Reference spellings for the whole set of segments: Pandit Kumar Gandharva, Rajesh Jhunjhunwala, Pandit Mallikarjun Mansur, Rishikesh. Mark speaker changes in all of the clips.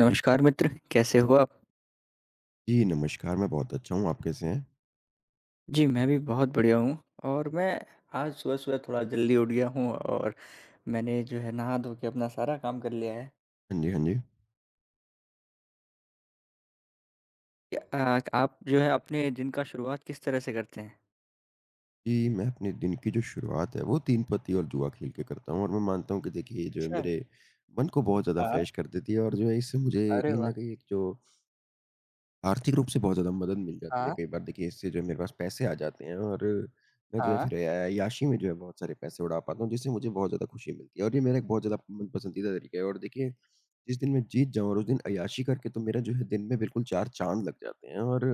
Speaker 1: नमस्कार मित्र, कैसे हो आप?
Speaker 2: जी, नमस्कार, मैं बहुत अच्छा हूँ, आप कैसे हैं?
Speaker 1: जी, मैं भी बहुत बढ़िया हूँ और मैं आज सुबह-सुबह थोड़ा जल्दी उठ गया हूँ और मैंने जो है नहा-धो के अपना सारा काम कर लिया है।
Speaker 2: हाँ जी, हाँ जी।
Speaker 1: क्या आप जो है अपने दिन का शुरुआत किस तरह से करते हैं?
Speaker 2: जी, मैं अपने दिन की जो शुरुआत है, वो तीन पत्ती और जुआ खेल के करता हूँ और मैं मानता हूँ कि देखिए, ये जो है
Speaker 1: अच्छा,
Speaker 2: मेरे मन को बहुत ज़्यादा
Speaker 1: हाँ,
Speaker 2: फ्रेश कर देती है और जो है इससे मुझे
Speaker 1: अरे
Speaker 2: कहीं
Speaker 1: वाह!
Speaker 2: न कहीं एक जो आर्थिक रूप से बहुत ज़्यादा मदद मिल जाती है।
Speaker 1: हाँ,
Speaker 2: कई बार देखिए इससे जो है मेरे पास पैसे आ जाते हैं और मैं जो है
Speaker 1: हाँ,
Speaker 2: फिर अय्याशी में जो है बहुत सारे पैसे उड़ा पाता हूँ, जिससे मुझे बहुत ज़्यादा खुशी मिलती है और ये मेरा एक बहुत ज़्यादा मन पसंदीदा तरीका है। और देखिए, जिस दिन मैं जीत जाऊँ और उस दिन अय्याशी करके तो मेरा जो है दिन में बिल्कुल 4 चाँद लग जाते हैं। और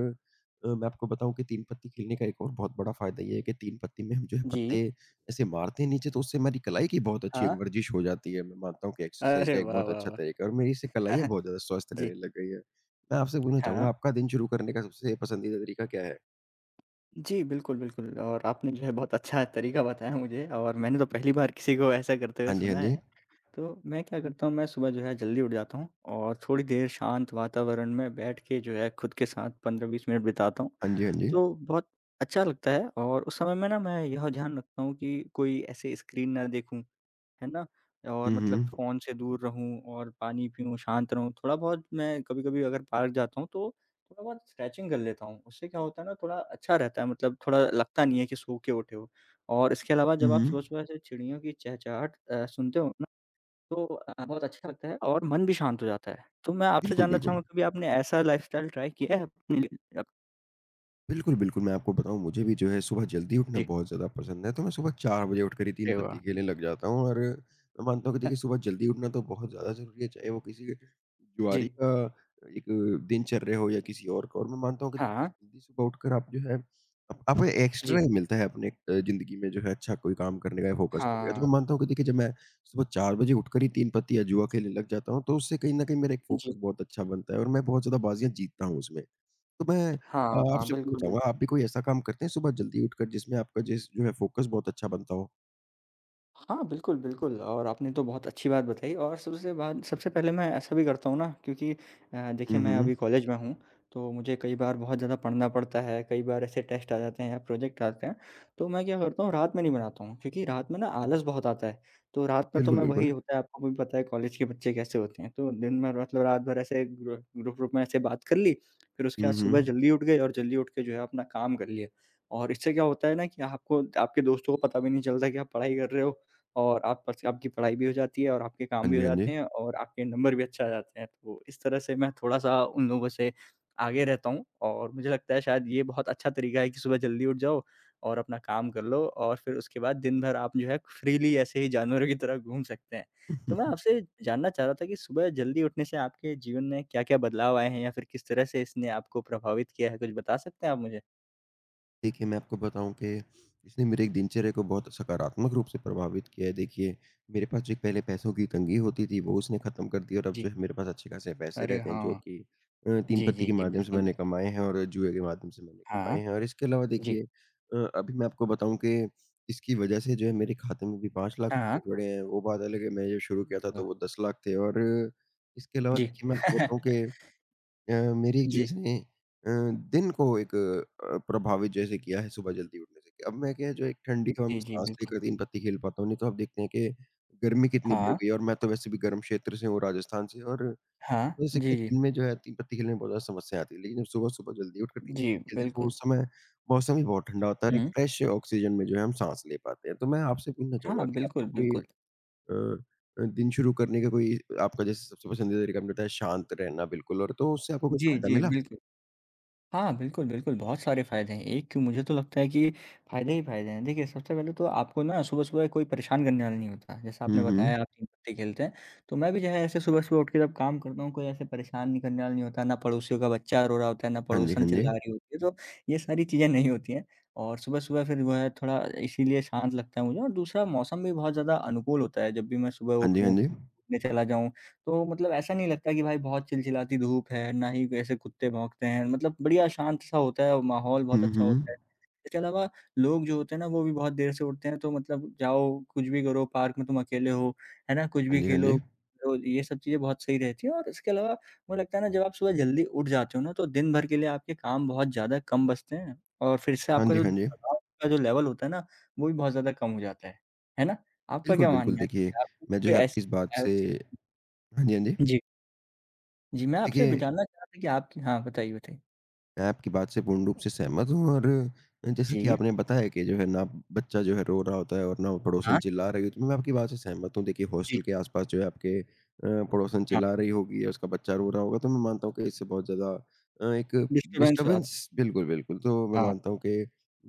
Speaker 2: मैं आपको बताऊँ कि तीन पत्ती खेलने का एक और बहुत बड़ा फ़ायदा ये है कि तीन पत्ती में हम जो है
Speaker 1: जी,
Speaker 2: पत्ते ऐसे मारते हैं नीचे, तो उससे हमारी कलाई की बहुत अच्छी एक
Speaker 1: हाँ,
Speaker 2: वर्जिश हो जाती है। मैं मानता हूँ कि एक्सरसाइज़
Speaker 1: अरे
Speaker 2: का एक
Speaker 1: वाह,
Speaker 2: बहुत
Speaker 1: वाह,
Speaker 2: अच्छा तरीका है और मेरी
Speaker 1: वाह!
Speaker 2: इससे कलाइयाँ बहुत ज़्यादा स्वस्थ
Speaker 1: जी,
Speaker 2: रहने लग गई है। मैं आपसे पूछना
Speaker 1: हाँ।
Speaker 2: चाहूँगा, आपका दिन शुरू करने का सबसे पसंदीदा तरीका क्या है?
Speaker 1: जी, बिल्कुल, बिल्कुल और आपने जो है बहुत अच्छा तरीका बताया मुझे और मैंने तो पहली बार किसी को ऐसा करते हुए
Speaker 2: हाँ जी, हाँ
Speaker 1: सुना
Speaker 2: जी।
Speaker 1: है। तो मैं क्या करता हूँ, मैं सुबह जो है जल्दी उठ जाता हूँ और थोड़ी देर शांत वातावरण में बैठ के जो है खुद के साथ 15-20 मिनट बिताता हूँ।
Speaker 2: हाँ जी, हाँ जी।
Speaker 1: तो बहुत अच्छा लगता है और उस समय में ना मैं यह ध्यान रखता हूँ कि कोई ऐसे स्क्रीन ना देखूँ, है ना? और
Speaker 2: हुँ,
Speaker 1: मतलब
Speaker 2: हुँ।
Speaker 1: फ़ोन से दूर रहूँ और पानी पीऊँ, शांत रहूँ। थोड़ा बहुत मैं कभी-कभी अगर पार्क जाता हूँ तो थोड़ा बहुत स्ट्रेचिंग कर लेता हूँ। उससे क्या होता है ना थोड़ा अच्छा रहता है मतलब थोड़ा लगता नहीं है कि सो के उठे हो। और इसके अलावा
Speaker 2: हुँ,
Speaker 1: जब आप
Speaker 2: हुँ।
Speaker 1: सुबह-सुबह ऐसे चिड़ियों की चहचहाट सुनते हो तो बहुत अच्छा लगता है और मन भी शांत हो जाता है। तो मैं आपसे
Speaker 2: बिल्कुल,
Speaker 1: जानना
Speaker 2: बिल्कुल।
Speaker 1: चाहूँगा कभी आपने ऐसा लाइफ़स्टाइल ट्राई किया है अपने लिए? अप
Speaker 2: बिल्कुल, बिल्कुल, मैं आपको बताऊँ, मुझे भी जो है सुबह जल्दी उठना
Speaker 1: जी,
Speaker 2: बहुत ज़्यादा पसंद है, तो मैं सुबह 4 बजे उठकर ही 3
Speaker 1: अरे वाह!
Speaker 2: पत्ती खेलने लग जाता हूँ और मैं मानता हूँ कि देखिए सुबह जल्दी उठना तो बहुत ज़्यादा ज़रूरी है, चाहे वो किसी
Speaker 1: जी,
Speaker 2: जुआरी का एक दिनचर्या हो या किसी और का। और मैं मानता हूँ कि
Speaker 1: हाँ,
Speaker 2: जल्दी सुबह उठकर आप जो है आप आपको एक्स्ट्रा
Speaker 1: जी,
Speaker 2: ही मिलता है अपने ज़िंदगी में जो है अच्छा कोई काम करने का या फ़ोकस करने का। तो
Speaker 1: हाँ,
Speaker 2: मैं मानता हूँ कि देखिए जब मैं सुबह 4 बजे उठकर ही 3 पत्ती या जुआ खेलने लग जाता हूँ, तो उससे कहीं न कहीं मेरा एक
Speaker 1: जी,
Speaker 2: फ़ोकस बहुत अच्छा बनता है और मैं बहुत ज़्यादा बाज़ियाँ जीतता हूँ उसमें। तो मैं
Speaker 1: हाँ, हाँ,
Speaker 2: आपसे पूछना
Speaker 1: बिल्कुल,
Speaker 2: चाहूँगा,
Speaker 1: बिल्कुल।
Speaker 2: आप भी कोई ऐसा काम करते हैं सुबह जल्दी उठकर जिसमें आपका जिस जो है फ़ोकस बहुत अच्छा बनता हो?
Speaker 1: हाँ, बिल्कुल, बिल्कुल और आपने तो बहुत अच्छी बात बताई और सबसे पहले मैं ऐसा भी करता हूँ ना क्योंकि देखिए
Speaker 2: हुँ,
Speaker 1: मैं अभी
Speaker 2: हुँ।
Speaker 1: कॉलेज में हूँ, तो मुझे कई बार बहुत ज़्यादा पढ़ना पड़ता है, कई बार ऐसे टेस्ट आ जाते हैं या प्रोजेक्ट आते हैं, तो मैं क्या करता हूँ रात में नहीं बनाता हूँ क्योंकि रात में ना आलस बहुत आता है। तो रात में तो
Speaker 2: बिल्कुल,
Speaker 1: मैं वही
Speaker 2: बिल्कुल।
Speaker 1: होता है आपको भी पता है कॉलेज के बच्चे कैसे होते हैं, तो दिन भर मतलब रात भर ऐसे ग्रुप-व्रुप में ऐसे बात कर ली, फिर उसके
Speaker 2: हुँ,
Speaker 1: बाद सुबह
Speaker 2: हुँ।
Speaker 1: जल्दी उठ गए और जल्दी उठ के जो है अपना काम कर लिया। और इससे क्या होता है ना कि आपको आपके दोस्तों को पता भी नहीं चलता कि आप पढ़ाई कर रहे हो और आप पर्स आपकी पढ़ाई भी हो जाती है और आपके काम
Speaker 2: हाँ
Speaker 1: भी
Speaker 2: जी,
Speaker 1: हो
Speaker 2: हाँ
Speaker 1: जाते
Speaker 2: जी।
Speaker 1: हैं और आपके नंबर भी अच्छे आ जाते हैं। तो इस तरह से मैं थोड़ा-सा उन लोगों से आगे रहता हूँ और मुझे लगता है शायद ये बहुत अच्छा तरीका है कि सुबह जल्दी उठ जाओ और अपना काम कर लो और फिर उसके बाद दिन भर आप जो है फ्रीली ऐसे ही जानवरों की तरह घूम सकते हैं। तो मैं आपसे जानना चाह रहा था कि सुबह जल्दी उठने से आपके जीवन में क्या-क्या बदलाव आए हैं या फिर किस तरह से इसने आपको प्रभावित किया है? कुछ बता सकते हैं आप मुझे?
Speaker 2: देखिए, मैं आपको बताऊँ कि इसने मेरे एक दिनचर्या को बहुत सकारात्मक रूप से प्रभावित किया है। देखिए, मेरे पास जो एक पहले पैसों की तंगी होती थी, वो उसने ख़त्म कर दी और अब
Speaker 1: जी।
Speaker 2: जो है मेरे पास अच्छे खासे पैसे
Speaker 1: अरे
Speaker 2: रहते हैं, जो
Speaker 1: हाँ।
Speaker 2: कि तीन
Speaker 1: जी,
Speaker 2: पत्ती
Speaker 1: जी,
Speaker 2: के
Speaker 1: जी।
Speaker 2: माध्यम से
Speaker 1: बिल्कुल,
Speaker 2: मैंने
Speaker 1: बिल्कुल।
Speaker 2: कमाए हैं और जुए के माध्यम से मैंने कमाए
Speaker 1: हाँ।
Speaker 2: हैं। और इसके अलावा
Speaker 1: जी।
Speaker 2: देखिए अभी मैं आपको बताऊँ कि इसकी वजह से जो है मेरे खाते में भी 5 लाख
Speaker 1: हाँ।
Speaker 2: रुपए पड़े हैं। वो बात अलग है, मैं जब शुरू किया था, तो वो 10 लाख थे। और इसके अलावा
Speaker 1: जी।
Speaker 2: देखिए, मैं आपको बताऊँ कि अ, मेरी जो
Speaker 1: जी।
Speaker 2: इसने अ, दिन को एक प्रभावित जैसे किया है सुबह जल्दी उठने से। अब मैं क्या है जो एक ठंडी हवा में
Speaker 1: जी, जी,
Speaker 2: साँस
Speaker 1: बिल्कुल।
Speaker 2: लेकर दिन भर खेल पाता हूँ, नहीं तो आप देखते हैं कि गर्मी कितनी बढ़
Speaker 1: हाँ,
Speaker 2: गई है और मैं तो वैसे भी गर्म क्षेत्र से हूँ, राजस्थान से। और
Speaker 1: हाँ।
Speaker 2: जैसे
Speaker 1: जी,
Speaker 2: कि
Speaker 1: जी।
Speaker 2: दिन में जो है तीन पत्ती खेलने में बहुत ज़्यादा समस्या आती है। लेकिन जब सुबह-सुबह जल्दी उठकर तीन
Speaker 1: जी,
Speaker 2: पत्ती खेलते हैं, तो
Speaker 1: बिल्कुल।
Speaker 2: उस समय मौसम भी बहुत ठंडा होता है और एक
Speaker 1: हुँ।
Speaker 2: फ्रेश ऑक्सीजन में जो है हम साँस ले पाते हैं। तो मैं आपसे पूछना
Speaker 1: हाँ,
Speaker 2: चाहूँगा कि
Speaker 1: बिल्कुल,
Speaker 2: आपको कोई
Speaker 1: बिल्कुल।
Speaker 2: अ दिन शुरू करने का कोई आपका जैसे सबसे पसंदीदा तरीका आपने बताया शांत रहना बिल्कुल, और तो उससे आपको कोई
Speaker 1: जी,
Speaker 2: फ़ायदा
Speaker 1: जी,
Speaker 2: मिला?
Speaker 1: बिल्कुल। हाँ, बिल्कुल, बिल्कुल, बहुत सारे फ़ायदे हैं। एक क्यों मुझे तो लगता है कि फ़ायदे ही फ़ायदे हैं। देखिए, सबसे पहले तो आपको ना सुबह-सुबह कोई परेशान करने वाला नहीं होता। जैसा आपने
Speaker 2: हुँ, हुँ।
Speaker 1: बताया आप तीन पत्ते खेलते हैं, तो मैं भी जो है ऐसे सुबह-सुबह उठ के जब काम करता हूँ, कोई ऐसे परेशान नहीं करने वाला नहीं होता, ना पड़ोसियों का बच्चा रो रहा होता है, ना
Speaker 2: हाँ जी,
Speaker 1: पड़ोसन
Speaker 2: हाँ जी।
Speaker 1: चिल्ला रही होती है, तो ये सारी चीज़ें नहीं होती हैं। और सुबह-सुबह फिर वो है थोड़ा इसीलिए शांत लगता है मुझे और दूसरा मौसम भी बहुत ज़्यादा अनुकूल होता है। जब भी मैं सुबह
Speaker 2: हाँ जी, हाँ
Speaker 1: उठूँ,
Speaker 2: जी।
Speaker 1: घूमने चला जाऊँ तो मतलब ऐसा नहीं लगता कि भाई बहुत चिलचिलाती धूप है, ना ही ऐसे कुत्ते भौंकते हैं, मतलब बढ़िया शांत-सा होता है, और माहौल बहुत
Speaker 2: हुँ,
Speaker 1: अच्छा
Speaker 2: हुँ।
Speaker 1: होता है। इसके अलावा लोग जो होते हैं ना, वो भी बहुत देर से उठते हैं, तो मतलब जाओ, कुछ भी करो, पार्क में तुम अकेले हो, है ना? कुछ
Speaker 2: हाँ
Speaker 1: भी
Speaker 2: जी, हाँ
Speaker 1: खेलो,
Speaker 2: जी।
Speaker 1: तो ये सब चीज़ें बहुत सही रहती हैं और इसके अलावा मुझे लगता है ना, जब आप सुबह जल्दी उठ जाते हो ना, तो दिन भर के लिए आपके काम बहुत ज़्यादा कम बचते हैं और फिर से
Speaker 2: हाँ
Speaker 1: आपका
Speaker 2: जी,
Speaker 1: जो
Speaker 2: हाँ जी।
Speaker 1: दबाव का जो लेवल होता है ना, वो भी बहुत ज़्यादा कम हो जाता है। है ना? आपका
Speaker 2: बिल्कुल,
Speaker 1: क्या
Speaker 2: बिल्कुल,
Speaker 1: मानना है कि
Speaker 2: देखिए,
Speaker 1: आपको
Speaker 2: मैं जो
Speaker 1: कोई
Speaker 2: है आपकी इस
Speaker 1: ऐसी
Speaker 2: बात से।
Speaker 1: ऐसी
Speaker 2: हाँ जी, हाँ जी।
Speaker 1: जी। जी, मैं आपसे ब
Speaker 2: देखिए,
Speaker 1: जानना चाह रहा था कि आपकी हाँ, बताइए, बताइए?
Speaker 2: मैं आपकी बात से पूर्ण रूप से सहमत हूँ और जैसा कि
Speaker 1: जी,
Speaker 2: आपने बताया कि जो है ना बच्चा जो है रो रहा होता है और ना वो पड़ोसन
Speaker 1: हाँ,
Speaker 2: चिल्ला रही होती है। मैं आपकी बात से सहमत हूँ। देखिए
Speaker 1: जी,
Speaker 2: हॉस्टल के आस-पास जो है आपके पड़ोसन
Speaker 1: हाँ,
Speaker 2: चिल्ला रही होगी या उसका बच्चा रो रहा होगा, तो मैं मानता हूँ कि इससे बहुत ज़्यादा एक
Speaker 1: डिस्टर्बेंस हुआ था।
Speaker 2: डिस्टर्बेंस, बिल्कुल, बिल्कुल। तो मैं
Speaker 1: हाँ,
Speaker 2: मानता हूँ कि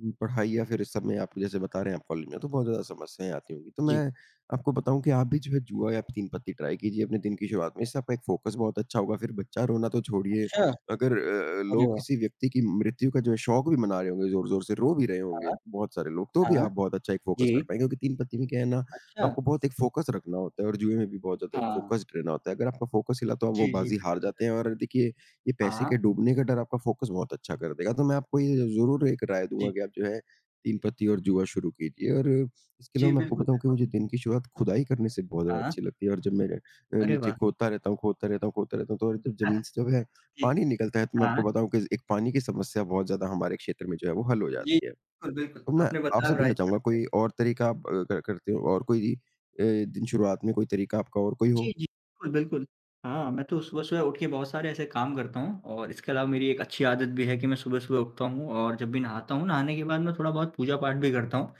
Speaker 2: पढ़ाई या फिर इस सब में आप जैसे बता रहे हैं आप कॉलेज में, तो बहुत ज़्यादा समस्याएँ आती होंगी। तो
Speaker 1: जी,
Speaker 2: मैं आपको बताऊँ कि आप भी जो है जुआ या तीन पत्ती ट्राई कीजिए अपने दिन की शुरुआत में। इससे आपका एक फ़ोकस बहुत अच्छा होगा। फिर बच्चा रोना तो छोड़िए,
Speaker 1: अच्छा,
Speaker 2: अगर
Speaker 1: अरे
Speaker 2: लोग
Speaker 1: वाह!
Speaker 2: किसी व्यक्ति की मृत्यु का जो है शोक भी मना रहे होंगे ज़ोर-ज़ोर से, रो भी रहे होंगे
Speaker 1: हाँ,
Speaker 2: बहुत सारे लोग, तो भी
Speaker 1: हाँ,
Speaker 2: आप बहुत अच्छा एक फ़ोकस कर
Speaker 1: जी,
Speaker 2: पाएँगे, क्योंकि 3 पत्ती में क्या है ना,
Speaker 1: अच्छा,
Speaker 2: आपको बहुत एक फ़ोकस रखना होता है और जुए में भी बहुत ज़्यादा एक
Speaker 1: हाँ,
Speaker 2: फ़ोकस्ड रहना होता है। अगर आपका फ़ोकस हिला, तो आप वो
Speaker 1: जी, जी,
Speaker 2: बाज़ी हार
Speaker 1: बिल्कुल,
Speaker 2: जाते
Speaker 1: बिल्कुल,
Speaker 2: हैं और देखिए, ये पैसे
Speaker 1: हाँ,
Speaker 2: के डूबने का डर आपका फ़ोकस बहुत अच्छा कर देगा। तो मैं आपको ये ज़रूर एक राय दूँगा
Speaker 1: जी,
Speaker 2: कि आप जो है 3 पत्ती और जुआ शुरू कीजिए। और इसके
Speaker 1: जी,
Speaker 2: अलावा मैं आपको
Speaker 1: बिल्कुल,
Speaker 2: बताऊँ कि
Speaker 1: बिल्कुल,
Speaker 2: मुझे दिन की शुरुआत खुदाई करने से बहुत ज़्यादा
Speaker 1: हाँ,
Speaker 2: अच्छी लगती है और जब मैं
Speaker 1: अरे
Speaker 2: नीचे
Speaker 1: वाह!
Speaker 2: खोदता रहता हूँ, खोदता रहता हूँ, खोदता रहता हूँ, तो और जब
Speaker 1: हाँ,
Speaker 2: ज़मीन से जो है
Speaker 1: जी,
Speaker 2: पानी निकलता है, तो मैं आपको
Speaker 1: हाँ,
Speaker 2: बताऊँ कि एक पानी की समस्या बहुत ज़्यादा हमारे क्षेत्र में जो है वो हल हो
Speaker 1: जी,
Speaker 2: जाती है।
Speaker 1: बिल्कुल, बिल्कुल,
Speaker 2: तो मैं
Speaker 1: आपने बता
Speaker 2: आपसे
Speaker 1: रहा
Speaker 2: पूछना चाहूँगा
Speaker 1: है।
Speaker 2: कोई और तरीका आप अ, क करते हो, और कोई दिन शुरुआत में कोई तरीका आपका और कोई
Speaker 1: जी,
Speaker 2: हो?
Speaker 1: जी। बिल्कुल, बिल्कुल। हाँ, मैं तो सुबह-सुबह उठ के बहुत सारे ऐसे काम करता हूँ और इसके अलावा मेरी एक अच्छी आदत भी है कि मैं सुबह-सुबह उठता हूँ और जब भी नहाता हूँ, नहाने के बाद मैं थोड़ा-बहुत पूजा-पाठ भी करता हूँ।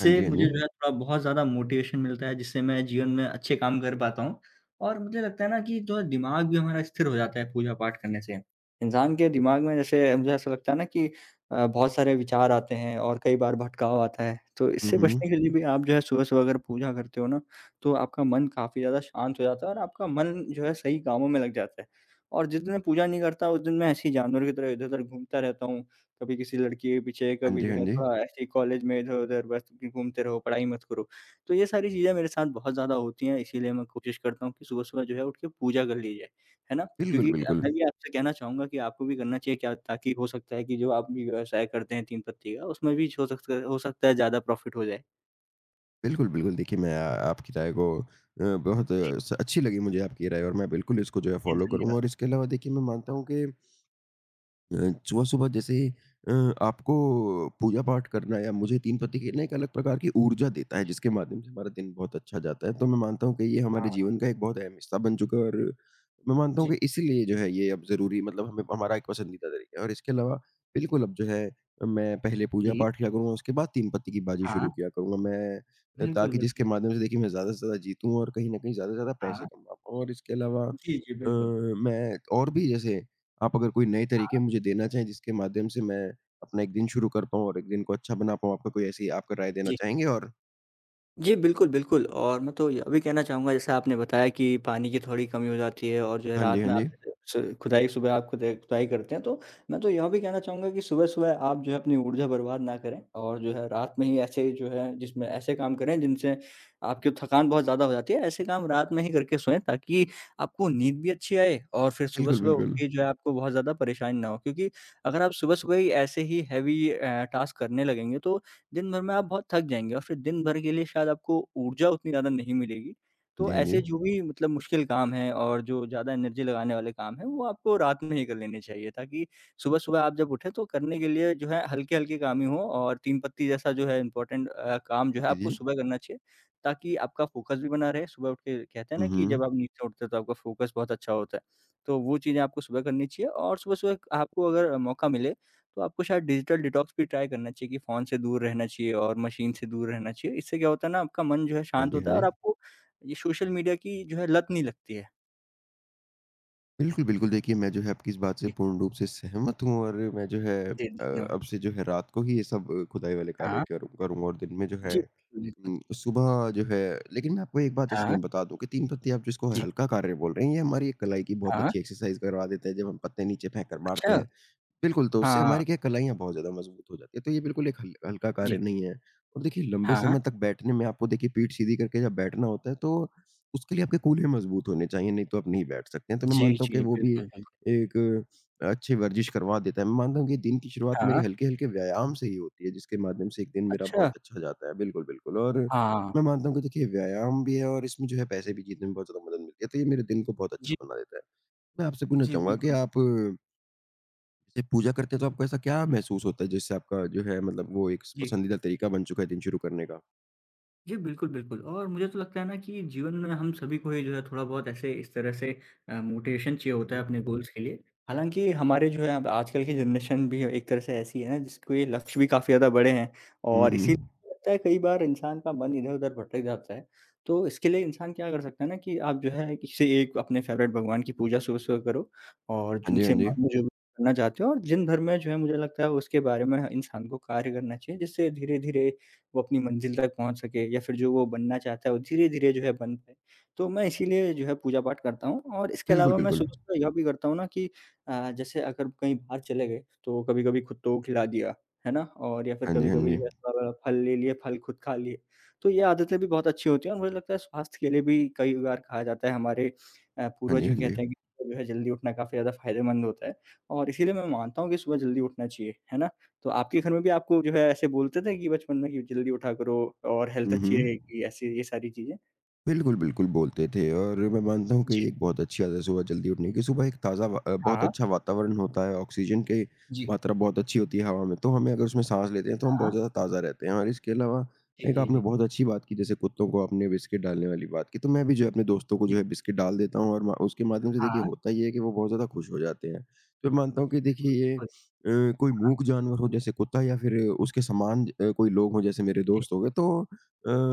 Speaker 2: हाँ जी, हाँ
Speaker 1: मुझे
Speaker 2: जी।
Speaker 1: जो है थोड़ा बहुत ज़्यादा मोटिवेशन मिलता है, जिससे मैं जीवन में अच्छे काम कर पाता हूँ और मुझे लगता है ना कि जो दिमाग भी हमारा स्थिर हो जाता है पूजा-पाठ करने से। इंसान के दिमाग में जैसे मुझे ऐसा लगता है ना कि बहुत सारे विचार आते हैं और कई बार भटकाव आता है, तो
Speaker 2: हुँ,
Speaker 1: इससे
Speaker 2: हुँ।
Speaker 1: बचने के लिए भी आप जो है सुबह-सुबह अगर पूजा करते हो ना तो आपका मन काफ़ी ज़्यादा शांत हो जाता है और आपका मन जो है सही कामों में लग जाता है। और जिस दिन मैं पूजा नहीं करता उस दिन मैं ऐसे ही जानवर की तरह इधर-उधर घूमता रहता हूँ। कभी किसी लड़की के पीछे,
Speaker 2: हाँ
Speaker 1: कभी
Speaker 2: जी,
Speaker 1: जो
Speaker 2: हाँ
Speaker 1: है
Speaker 2: जी।
Speaker 1: थोड़ा ऐसे ही कॉलेज में इधर-उधर बस घूमते रहो, पढ़ाई मत करो। तो ये सारी चीज़ें मेरे साथ बहुत ज़्यादा होती हैं इसीलिए मैं कोशिश करता हूँ कि सुबह-सुबह जो है उठ के पूजा कर ली जाए। है ना?
Speaker 2: बिल्कुल,
Speaker 1: क्योंकि
Speaker 2: बिल्कुल।
Speaker 1: मैं भी आपसे कहना चाहूँगा कि आपको भी करना चाहिए क्या ताकि हो सकता है कि जो आप भी व्यवसाय करते हैं 3 पत्ती का उसमें भी हो सकता है ज़्यादा प्रॉफ़िट हो जाए।
Speaker 2: बिल्कुल, बिल्कुल, देखिए मैं आ आपकी राय को बहुत
Speaker 1: जी।
Speaker 2: अ, स अच्छी लगी मुझे आपकी राय और मैं बिल्कुल इसको जो है
Speaker 1: जी,
Speaker 2: फ़ॉलो
Speaker 1: धन्यवाद।
Speaker 2: करूँगा। और इसके अलावा देखिए मैं मानता हूँ कि सुबह-सुबह जैसे अ, आपको पूजा-पाठ करना या मुझे 3 पत्ती खेलना एक अलग प्रकार की ऊर्जा देता है,
Speaker 1: जी।
Speaker 2: जिसके माध्यम से हमारा दिन बहुत अच्छा जाता है। तो मैं मानता हूँ कि ये हमारे
Speaker 1: हाँ,
Speaker 2: जीवन का एक बहुत अहम हिस्सा बन चुका है। और मैं मानता
Speaker 1: जी।
Speaker 2: हूँ कि इसीलिए जो है ये अब ज़रूरी मतलब हमें, हमारा एक पसंदीदा तरीका है। और इसके अलावा बिल्कुल अब जो है मैं पहले
Speaker 1: जी,
Speaker 2: पूजा-पाठ किया करूँगा, उसके बाद 3 पत्ती की बाजी
Speaker 1: हाँ।
Speaker 2: शुरू किया करूँगा मैं,
Speaker 1: बिल्कुल,
Speaker 2: ताकि जिसके
Speaker 1: बिल्कुल।
Speaker 2: माध्यम से देखिए मैं ज़्यादा से ज़्यादा जीतूँ और कहीं न कहीं ज़्यादा से ज़्यादा
Speaker 1: हाँ।
Speaker 2: पैसे कमा पाऊँ। और इसके अलावा
Speaker 1: जी, जी, बिल्कुल।
Speaker 2: मैं और भी जैसे आप अगर कोई नए तरीके
Speaker 1: हाँ।
Speaker 2: मुझे देना चाहें जिसके माध्यम से मैं अपना एक दिन शुरू कर पाऊँ और एक दिन को अच्छा बना पाऊँ, आपका कोई ऐसी आपका राय देना
Speaker 1: जी।
Speaker 2: चाहेंगे? और
Speaker 1: जी, बिल्कुल, बिल्कुल और मैं तो यह भी कहना चाहूँगा जैसे आपने बताया कि पानी की थोड़ी कमी हो जाती है और जो है
Speaker 2: हाँ जी,
Speaker 1: रात
Speaker 2: हाँ
Speaker 1: में आप
Speaker 2: जी।
Speaker 1: जैसे स खुदाई सुबह आप खुदाई खुदाई करते हैं, तो मैं तो यह भी कहना चाहूँगा कि सुबह-सुबह आप जो है अपनी ऊर्जा बर्बाद ना करें और जो है रात में ही ऐसे जो है जिसमें ऐसे काम करें जिनसे आपकी थकान बहुत ज़्यादा हो जाती है, ऐसे काम रात में ही करके सोएँ ताकि आपको नींद भी अच्छी आए और फिर
Speaker 2: बिल्कुल,
Speaker 1: सुबह-सुबह उठ
Speaker 2: बिल्कुल। हाँ
Speaker 1: के जो है आपको बहुत ज़्यादा परेशानी ना हो। क्योंकि अगर आप सुबह-सुबह ही ऐसे ही हैवी टास्क करने लगेंगे तो दिन भर में आप बहुत थक जाएँगे और फिर दिन भर के लिए शायद आपको ऊर्जा उतनी ज़्यादा नहीं मिलेगी। तो
Speaker 2: जी, हाँ जी।
Speaker 1: ऐसे जो भी मतलब मुश्किल काम हैं और जो ज़्यादा एनर्जी लगाने वाले काम हैं, वो आपको रात में ही कर लेने चाहिए ताकि सुबह-सुबह आप जब उठें तो करने के लिए जो है हल्के-हल्के काम ही हों और तीन पत्ती जैसा जो है इम्पोर्टेंट काम जो है
Speaker 2: जी,
Speaker 1: आपको
Speaker 2: जी।
Speaker 1: सुबह करना चाहिए ताकि आपका फ़ोकस भी बना रहे। सुबह उठ के कहते हैं ना
Speaker 2: हुँ,
Speaker 1: कि जब
Speaker 2: हुँ।
Speaker 1: आप नींद से उठते हो तो आपका फ़ोकस बहुत अच्छा होता है। तो वो चीज़ें आपको सुबह करनी चाहिए और सुबह-सुबह आपको अगर मौका मिले तो आपको शायद डिजिटल डिटॉक्स भी ट्राई करना चाहिए कि फ़ोन से दूर रहना चाहिए और मशीन से दूर रहना चाहिए। इससे क्या होता है ना आपका मन जो है
Speaker 2: हाँ
Speaker 1: शांत
Speaker 2: जी,
Speaker 1: होता
Speaker 2: हाँ
Speaker 1: है और
Speaker 2: जी।
Speaker 1: आपको ये सोशल मीडिया की जो है लत नहीं लगती है।
Speaker 2: बिल्कुल, बिल्कुल, देखिए मैं जो है आपकी इस बात से
Speaker 1: जी,
Speaker 2: पूर्ण रूप से सहमत हूँ और मैं जो है
Speaker 1: जी धन्यवाद।
Speaker 2: अब से जो है रात को ही ये सब खुदाई वाले कार्य
Speaker 1: हाँ,
Speaker 2: करूँगा, और दिन में जो है
Speaker 1: जी, बिल्कुल।
Speaker 2: सुबह जो है, लेकिन मैं आपको एक बात जैसे
Speaker 1: हाँ,
Speaker 2: मैं बता दूँ कि 3 पत्ती आप जिसको
Speaker 1: जी,
Speaker 2: हल्का कार्य बोल रहे हैं, ये हमारी एक कलाई की बहुत
Speaker 1: हाँ,
Speaker 2: अच्छी एक्सरसाइज़ करवा देता है जब हम पत्ते नीचे फेंक कर मारते
Speaker 1: अच्छा,
Speaker 2: हैं। बिल्कुल, तो उससे
Speaker 1: हाँ,
Speaker 2: हमारी क्या कलाइयाँ बहुत ज़्यादा मज़बूत हो जाती हैं, तो ये बिल्कुल एक हल हल्का कार्य
Speaker 1: जी,
Speaker 2: नहीं है। और देखिए लंबे
Speaker 1: हाँ,
Speaker 2: समय तक बैठने में आपको देखिए पीठ सीधी करके जब बैठना होता है, तो उसके लिए आपके कूल्हे मज़बूत होने चाहिए, नहीं तो आप नहीं बैठ सकते हैं। तो मैं
Speaker 1: जी,
Speaker 2: मानता हूँ कि
Speaker 1: जी,
Speaker 2: वो भी
Speaker 1: बिल्कुल, बिल्कुल।
Speaker 2: एक अच्छी वर्जिश करवा देता है। मैं मानता हूँ कि दिन की शुरुआत मेरी
Speaker 1: हाँ,
Speaker 2: हल्के-हल्के व्यायाम से ही होती है, जिसके माध्यम से एक दिन मेरा
Speaker 1: अच्छा,
Speaker 2: बहुत अच्छा जाता है। बिल्कुल, बिल्कुल। और
Speaker 1: हाँ,
Speaker 2: मैं मानता हूँ कि देखिए व्यायाम भी है और इसमें जो है पैसे भी जीतने में बहुत ज़्यादा मदद मिलती है, तो ये मेरे दिन को बहुत
Speaker 1: जी,
Speaker 2: अच्छा बना देता है। मैं आपसे पूछना
Speaker 1: जी,
Speaker 2: चाहूँगा कि
Speaker 1: बिल्कुल,
Speaker 2: आप
Speaker 1: बिल्कुल।
Speaker 2: जैसे पूजा करते हैं तो आपको ऐसा क्या महसूस होता है जिससे आपका जो है मतलब वो एक
Speaker 1: जी।
Speaker 2: पसंदीदा तरीका बन चुका है दिन शुरू करने का?
Speaker 1: जी, बिल्कुल, बिल्कुल और मुझे तो लगता है ना कि जीवन में हम सभी को ही जो है थोड़ा-बहुत ऐसे इस तरह से मोटिवेशन चाहिए
Speaker 2: जी, हाँ
Speaker 1: होता है
Speaker 2: जी।
Speaker 1: अपने गोल्स के लिए। हालाँकि हमारे जो है अब आजकल की जनरेशन भी एक तरह से ऐसी है ना जिसको ये लक्ष्य भी काफ़ी ज़्यादा बड़े हैं
Speaker 2: हुँ,
Speaker 1: और इसीलिए
Speaker 2: हुँ।
Speaker 1: मुझे लगता है कई बार इंसान का मन इधर-उधर भटक जाता है। तो इसके लिए इंसान क्या कर सकता है ना कि आप जो है किसी एक अपने फेवरेट भगवान की पूजा सुबह-सुबह करो और
Speaker 2: हाँ जी, हाँ
Speaker 1: जिनसे
Speaker 2: जी।
Speaker 1: माँगो जो भी करना चाहते हो और दिन भर में जो है मुझे लगता है उसके बारे में इंसान को कार्य करना चाहिए जिससे धीरे-धीरे वो अपनी मंज़िल तक पहुँच सके या फिर जो वो बनना चाहता है, वो धीरे-धीरे जो है बन पाए। तो मैं इसीलिए जो है पूजा-पाठ करता हूँ और इसके
Speaker 2: बिल्कुल,
Speaker 1: अलावा मैं
Speaker 2: बिल्कुल।
Speaker 1: सुबह-सुबह यह भी करता हूँ ना कि जैसे अगर कहीं बाहर चले गए, तो कभी-कभी कुत्तों को खिला दिया, है ना? और या फिर
Speaker 2: हाँ जी, हाँ
Speaker 1: कभी-कभी
Speaker 2: जी।
Speaker 1: जो है थोड़ा-बड़ा फल ले लिए, फल खुद खा लिए। तो ये आदतें भी बहुत अच्छी होती हैं और मुझे लगता है स्वास्थ्य के लिए भी कई बार कहा जाता है हमारे
Speaker 2: हाँ जी,
Speaker 1: पूर्वज भी
Speaker 2: हाँ जी।
Speaker 1: कहते हैं कि सुबह जो है जल्दी उठना काफ़ी ज़्यादा फ़ायदेमंद होता है और इसीलिए मैं मानता हूँ कि सुबह जल्दी उठना चाहिए, है ना? तो आपके घर में भी आपको जो है ऐसे बोलते थे कि बचपन में कि जल्दी उठा करो और हेल्थ
Speaker 2: हुँ,
Speaker 1: अच्छी
Speaker 2: हुँ।
Speaker 1: रहेगी, ऐसी ये सारी चीज़ें?
Speaker 2: बिल्कुल, बिल्कुल बोलते थे और मैं मानता हूँ कि
Speaker 1: जी।
Speaker 2: ये एक बहुत अच्छी आदत है सुबह जल्दी उठने की। सुबह एक ताज़ा व बहुत
Speaker 1: हाँ।
Speaker 2: अच्छा वातावरण होता है, ऑक्सीजन की
Speaker 1: जी।
Speaker 2: मात्रा बहुत अच्छी होती है हवा में, तो हमें अगर उसमें साँस लेते हैं तो हम बहुत
Speaker 1: हाँ।
Speaker 2: ज़्यादा ताज़ा रहते हैं और इसके अलावा
Speaker 1: जी,
Speaker 2: एक
Speaker 1: जी,
Speaker 2: आपने
Speaker 1: जी।
Speaker 2: बहुत अच्छी बात की जैसे कुत्तों को आपने बिस्किट डालने वाली बात की, तो मैं भी जो है अपने दोस्तों को जो
Speaker 1: जी।
Speaker 2: है बिस्किट डाल देता हूँ और म उसके माध्यम से देखिए
Speaker 1: हाँ।
Speaker 2: होता ये है कि वो बहुत ज़्यादा खुश हो जाते हैं। तो मैं मानता हूँ
Speaker 1: जी,
Speaker 2: कि देखिए
Speaker 1: बिल्कुल,
Speaker 2: ये
Speaker 1: बिल्कुल।
Speaker 2: कोई
Speaker 1: हाँ।
Speaker 2: मूक जानवर हो जैसे कुत्ता या फिर उसके समान कोई लोग हों जैसे मेरे
Speaker 1: जी।
Speaker 2: दोस्त हो गए तो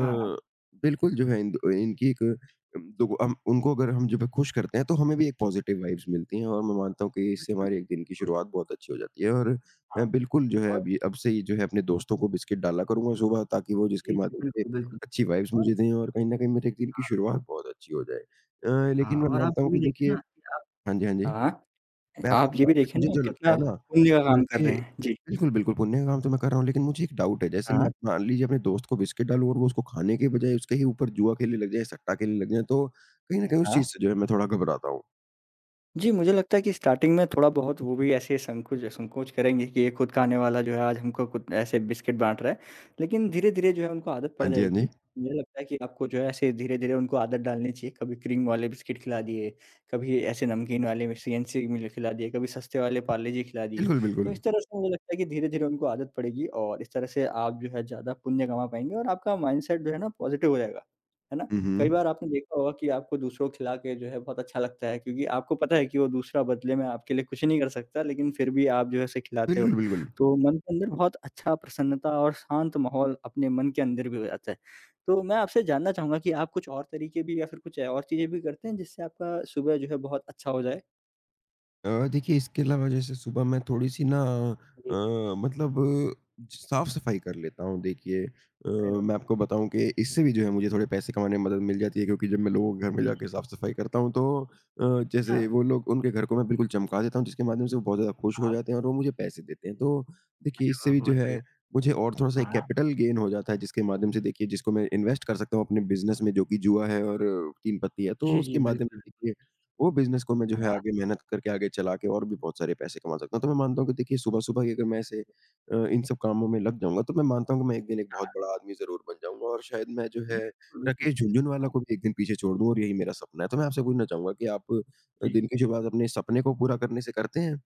Speaker 1: हाँ। हाँ।
Speaker 2: बिल्कुल, जो है इन दो इनकी एक दो हम उनको अगर हम जब खुश करते हैं, तो हमें भी एक पॉज़िटिव वाइब्स
Speaker 1: जी,
Speaker 2: मिलती हैं और मैं मानता हूँ कि इससे
Speaker 1: बिल्कुल,
Speaker 2: हमारे एक दिन की
Speaker 1: बिल्कुल।
Speaker 2: शुरुआत बहुत अच्छी हो जाती है और
Speaker 1: हाँ,
Speaker 2: मैं बिल्कुल जो है
Speaker 1: और
Speaker 2: अब ये अब से ही जो है अपने दोस्तों को बिस्किट डाला करूँगा सुबह ताकि वो जिसके
Speaker 1: जी, जी,
Speaker 2: माध्यम से
Speaker 1: बिल्कुल, बिल्कुल
Speaker 2: अच्छी वाइब्स
Speaker 1: और
Speaker 2: मुझे दें
Speaker 1: ये
Speaker 2: और
Speaker 1: भी
Speaker 2: कहीं न कहीं मेरे एक दिन की
Speaker 1: हाँ,
Speaker 2: शुरुआत बहुत अच्छी हो जाए।
Speaker 1: हाँ
Speaker 2: लेकिन मैं
Speaker 1: और आप
Speaker 2: मानता हूँ
Speaker 1: ये भी
Speaker 2: कि
Speaker 1: देखें
Speaker 2: देखिए
Speaker 1: ना कि आप
Speaker 2: हाँ जी, हाँ जी।
Speaker 1: हाँ,
Speaker 2: मैं
Speaker 1: आप
Speaker 2: आपको
Speaker 1: ये भी
Speaker 2: बताऊँ कि
Speaker 1: देखें
Speaker 2: मुझे
Speaker 1: ना आप
Speaker 2: जो लगता
Speaker 1: कितना
Speaker 2: है ना
Speaker 1: पुण्य का काम कर
Speaker 2: कि
Speaker 1: रहे हैं। जी।
Speaker 2: बिल्कुल, बिल्कुल, पुण्य का काम तो मैं कर रहा हूँ, लेकिन मुझे एक डाउट है, जैसे
Speaker 1: हाँ,
Speaker 2: मैं मान लीजिए अपने दोस्त को बिस्किट डालूँ और वो उसको खाने के बजाय उसके ही ऊपर जुआ खेलने लग जाए, सट्टा खेलने लग जाए, तो कहीं न कहीं उस
Speaker 1: हाँ।
Speaker 2: चीज़ से जो है मैं थोड़ा घबराता हूँ।
Speaker 1: जी, मुझे लगता है कि स्टार्टिंग में थोड़ा बहुत वो भी ऐसे संकोच संकोच करेंगे कि ये खुद खाने वाला जो है आज हमको खुद ऐसे बिस्किट बाँट रहा है। लेकिन धीरे-धीरे जो है उनको आदत पड़
Speaker 2: हाँ जी, हाँ
Speaker 1: जाएगी।
Speaker 2: जी।
Speaker 1: मुझे लगता है कि आपको जो है ऐसे धीरे-धीरे उनको आदत डालनी चाहिए। कभी क्रीम वाले बिस्किट खिला दिए, कभी ऐसे नमकीन वाले में सीएनसी मिल खिला दिए, कभी सस्ते वाले पार्ले जी खिला दिए।
Speaker 2: बिल्कुल,
Speaker 1: तो
Speaker 2: बिल्कुल।
Speaker 1: इस तरह से मुझे लगता है कि धीरे-धीरे उनको आदत पड़ेगी और इस तरह से आप जो है ज़्यादा पुण्य कमा पाएँगे और आपका माइंडसेट जो है ना पॉज़िटिव हो जाएगा। है ना?
Speaker 2: हुँ,
Speaker 1: कई बार
Speaker 2: हुँ।
Speaker 1: आपने देखा होगा कि आपको दूसरों को खिला के जो है बहुत अच्छा लगता है क्योंकि आपको पता है कि वो दूसरा बदले में आपके लिए कुछ नहीं कर सकता, लेकिन फिर भी आप जो है उसे खिलाते
Speaker 2: बिल्कुल,
Speaker 1: हो।
Speaker 2: बिल्कुल।
Speaker 1: तो मन के अंदर बहुत अच्छा प्रसन्नता और शांत माहौल अपने मन के अंदर भी हो जाता है। तो मैं आपसे जानना चाहूँगा कि आप कुछ और तरीके भी या फिर कुछ और चीज़ें भी करते हैं जिससे आपका सुबह जो है बहुत अच्छा हो जाए?
Speaker 2: देखिए इसके अलावा जैसे सुबह मैं थोड़ी-सी ना
Speaker 1: जी,
Speaker 2: मतलब साफ-सफाई कर लेता हूँ देखिए।
Speaker 1: अरे वाह!
Speaker 2: मैं आपको बताऊँ कि इससे भी जो है मुझे थोड़े पैसे कमाने में मदद मिल जाती है क्योंकि जब मैं लोगों के घर में
Speaker 1: जी, जी।
Speaker 2: जाके साफ-सफाई करता हूँ तो
Speaker 1: हाँ,
Speaker 2: जैसे वो लोग उनके घर को मैं बिल्कुल चमका देता हूँ जिसके माध्यम से वो बहुत ज़्यादा खुश हो
Speaker 1: हाँ,
Speaker 2: जाते हैं और वो मुझे पैसे देते हैं। तो देखिए इससे
Speaker 1: वाह!
Speaker 2: भी जो
Speaker 1: बहुत बढ़िया।
Speaker 2: है मुझे और थोड़ा-सा एक
Speaker 1: हाँ,
Speaker 2: कैपिटल गेन हो जाता है जिसके माध्यम से देखिए जिसको मैं इन्वेस्ट कर सकता हूँ अपने बिज़नेस में जो कि जुआ है और तीन पत्ती है।
Speaker 1: जी,
Speaker 2: तो
Speaker 1: जी,
Speaker 2: उसके माध्यम
Speaker 1: बिल्कुल।
Speaker 2: से देखिए वो बिज़नेस को मैं जो है
Speaker 1: हाँ,
Speaker 2: आगे मेहनत करके आगे चला के और भी बहुत सारे पैसे कमा सकता हूँ। तो मैं मानता हूँ कि देखिए सुबह-सुबह ही अगर मैं ऐसे इन सब कामों में लग जाऊँगा तो मैं मानता हूँ कि मैं एक दिन एक बहुत
Speaker 1: हाँ,
Speaker 2: बड़ा आदमी ज़रूर बन जाऊँगा और शायद मैं जो
Speaker 1: जी,
Speaker 2: है
Speaker 1: बिल्कुल, बिल्कुल।
Speaker 2: राकेश झुनझुनवाला
Speaker 1: हाँ,
Speaker 2: को भी एक दिन पीछे छोड़ दूँ और यही मेरा सपना है। तो मैं आपसे पूछना चाहूँगा कि आप
Speaker 1: जी।
Speaker 2: दिन की शुरुआत अपने सपने को पूरा करने से करते हैं?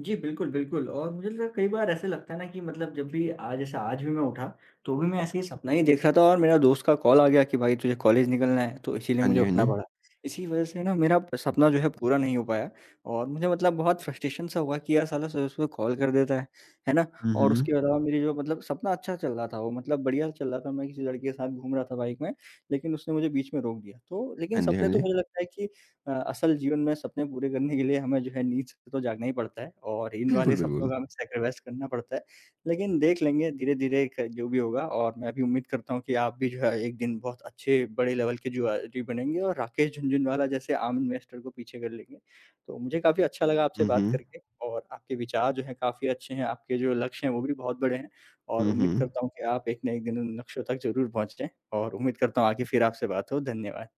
Speaker 1: जी, बिल्कुल, बिल्कुल और मुझे लगा कई बार ऐसे लगता है ना कि मतलब जब भी आज जैसे आज भी मैं उठा, तो भी मैं ऐसे ही सपना ही देख रहा था और मेरा दोस्त का कॉल आ गया कि भाई तुझे कॉलेज निकलना है, तो इसीलिए
Speaker 2: हाँ
Speaker 1: मुझे
Speaker 2: जी, हाँ
Speaker 1: उठना
Speaker 2: जी।
Speaker 1: पड़ा। इसी वज़ह से ना मेरा सपना जो है पूरा नहीं हो पाया और मुझे मतलब बहुत फ्रस्ट्रेशन सा हुआ कि यार साला सुबह सुबह कॉल कर देता है ना?
Speaker 2: हुँ,
Speaker 1: और उसके
Speaker 2: हुँ।
Speaker 1: अलावा मेरी जो मतलब सपना अच्छा चल रहा था वो मतलब बढ़िया चल रहा था, मैं किसी लड़के के साथ घूम रहा था बाइक में, लेकिन उसने मुझे बीच में रोक दिया। तो लेकिन
Speaker 2: हाँ जी, हाँ
Speaker 1: सपने तो
Speaker 2: जी।
Speaker 1: मुझे लगता है कि असल जीवन में सपने पूरे करने के लिए हमें जो है नींद से तो जागना ही पड़ता है और इन वाले
Speaker 2: बिल्कुल,
Speaker 1: सपनों
Speaker 2: बिल्कुल।
Speaker 1: का हमें सैक्रिफाइस करना पड़ता है। लेकिन देख लेंगे धीरे-धीरे क जो भी होगा और मैं भी उम्मीद करता हूँ कि आप भी जो है एक दिन बहुत अच्छे बड़े लेवल के जुआरी बनेंगे और राकेश झुनझुनवाला जैसे आम इन्वेस्टर को पीछे कर लेंगे। तो मुझे काफ़ी अच्छा लगा आपसे
Speaker 2: हुँ,
Speaker 1: बात
Speaker 2: हुँ।
Speaker 1: करके और आपके विचार जो हैं काफ़ी अच्छे हैं, आपके जो लक्ष्य हैं वो भी बहुत बड़े हैं और
Speaker 2: हुँ,
Speaker 1: उम्मीद
Speaker 2: हुँ।
Speaker 1: करता हूँ कि आप एक ना एक दिन उन लक्ष्यों तक ज़रूर पहुँच जाएँ और उम्मीद करता हूँ आगे फिर आपसे बात हो। धन्यवाद।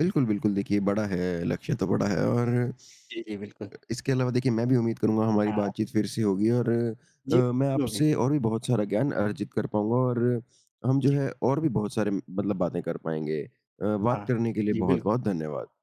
Speaker 2: बिल्कुल, बिल्कुल देखिए बड़ा है, लक्ष्य तो बड़ा है और
Speaker 1: जी, जी, बिल्कुल।
Speaker 2: इसके अलावा देखिए मैं भी उम्मीद करूँगा हमारी
Speaker 1: हाँ।
Speaker 2: बातचीत फिर से होगी और
Speaker 1: जी,
Speaker 2: मैं
Speaker 1: लोगे।
Speaker 2: आपसे और भी बहुत सारा ज्ञान अर्जित कर पाऊँगा और हम जो
Speaker 1: जी,
Speaker 2: है और भी बहुत सारे मतलब बातें कर पाएँगे। बात
Speaker 1: हाँ।
Speaker 2: करने के लिए
Speaker 1: जी, बिल्कुल।
Speaker 2: बहुत-बहुत धन्यवाद।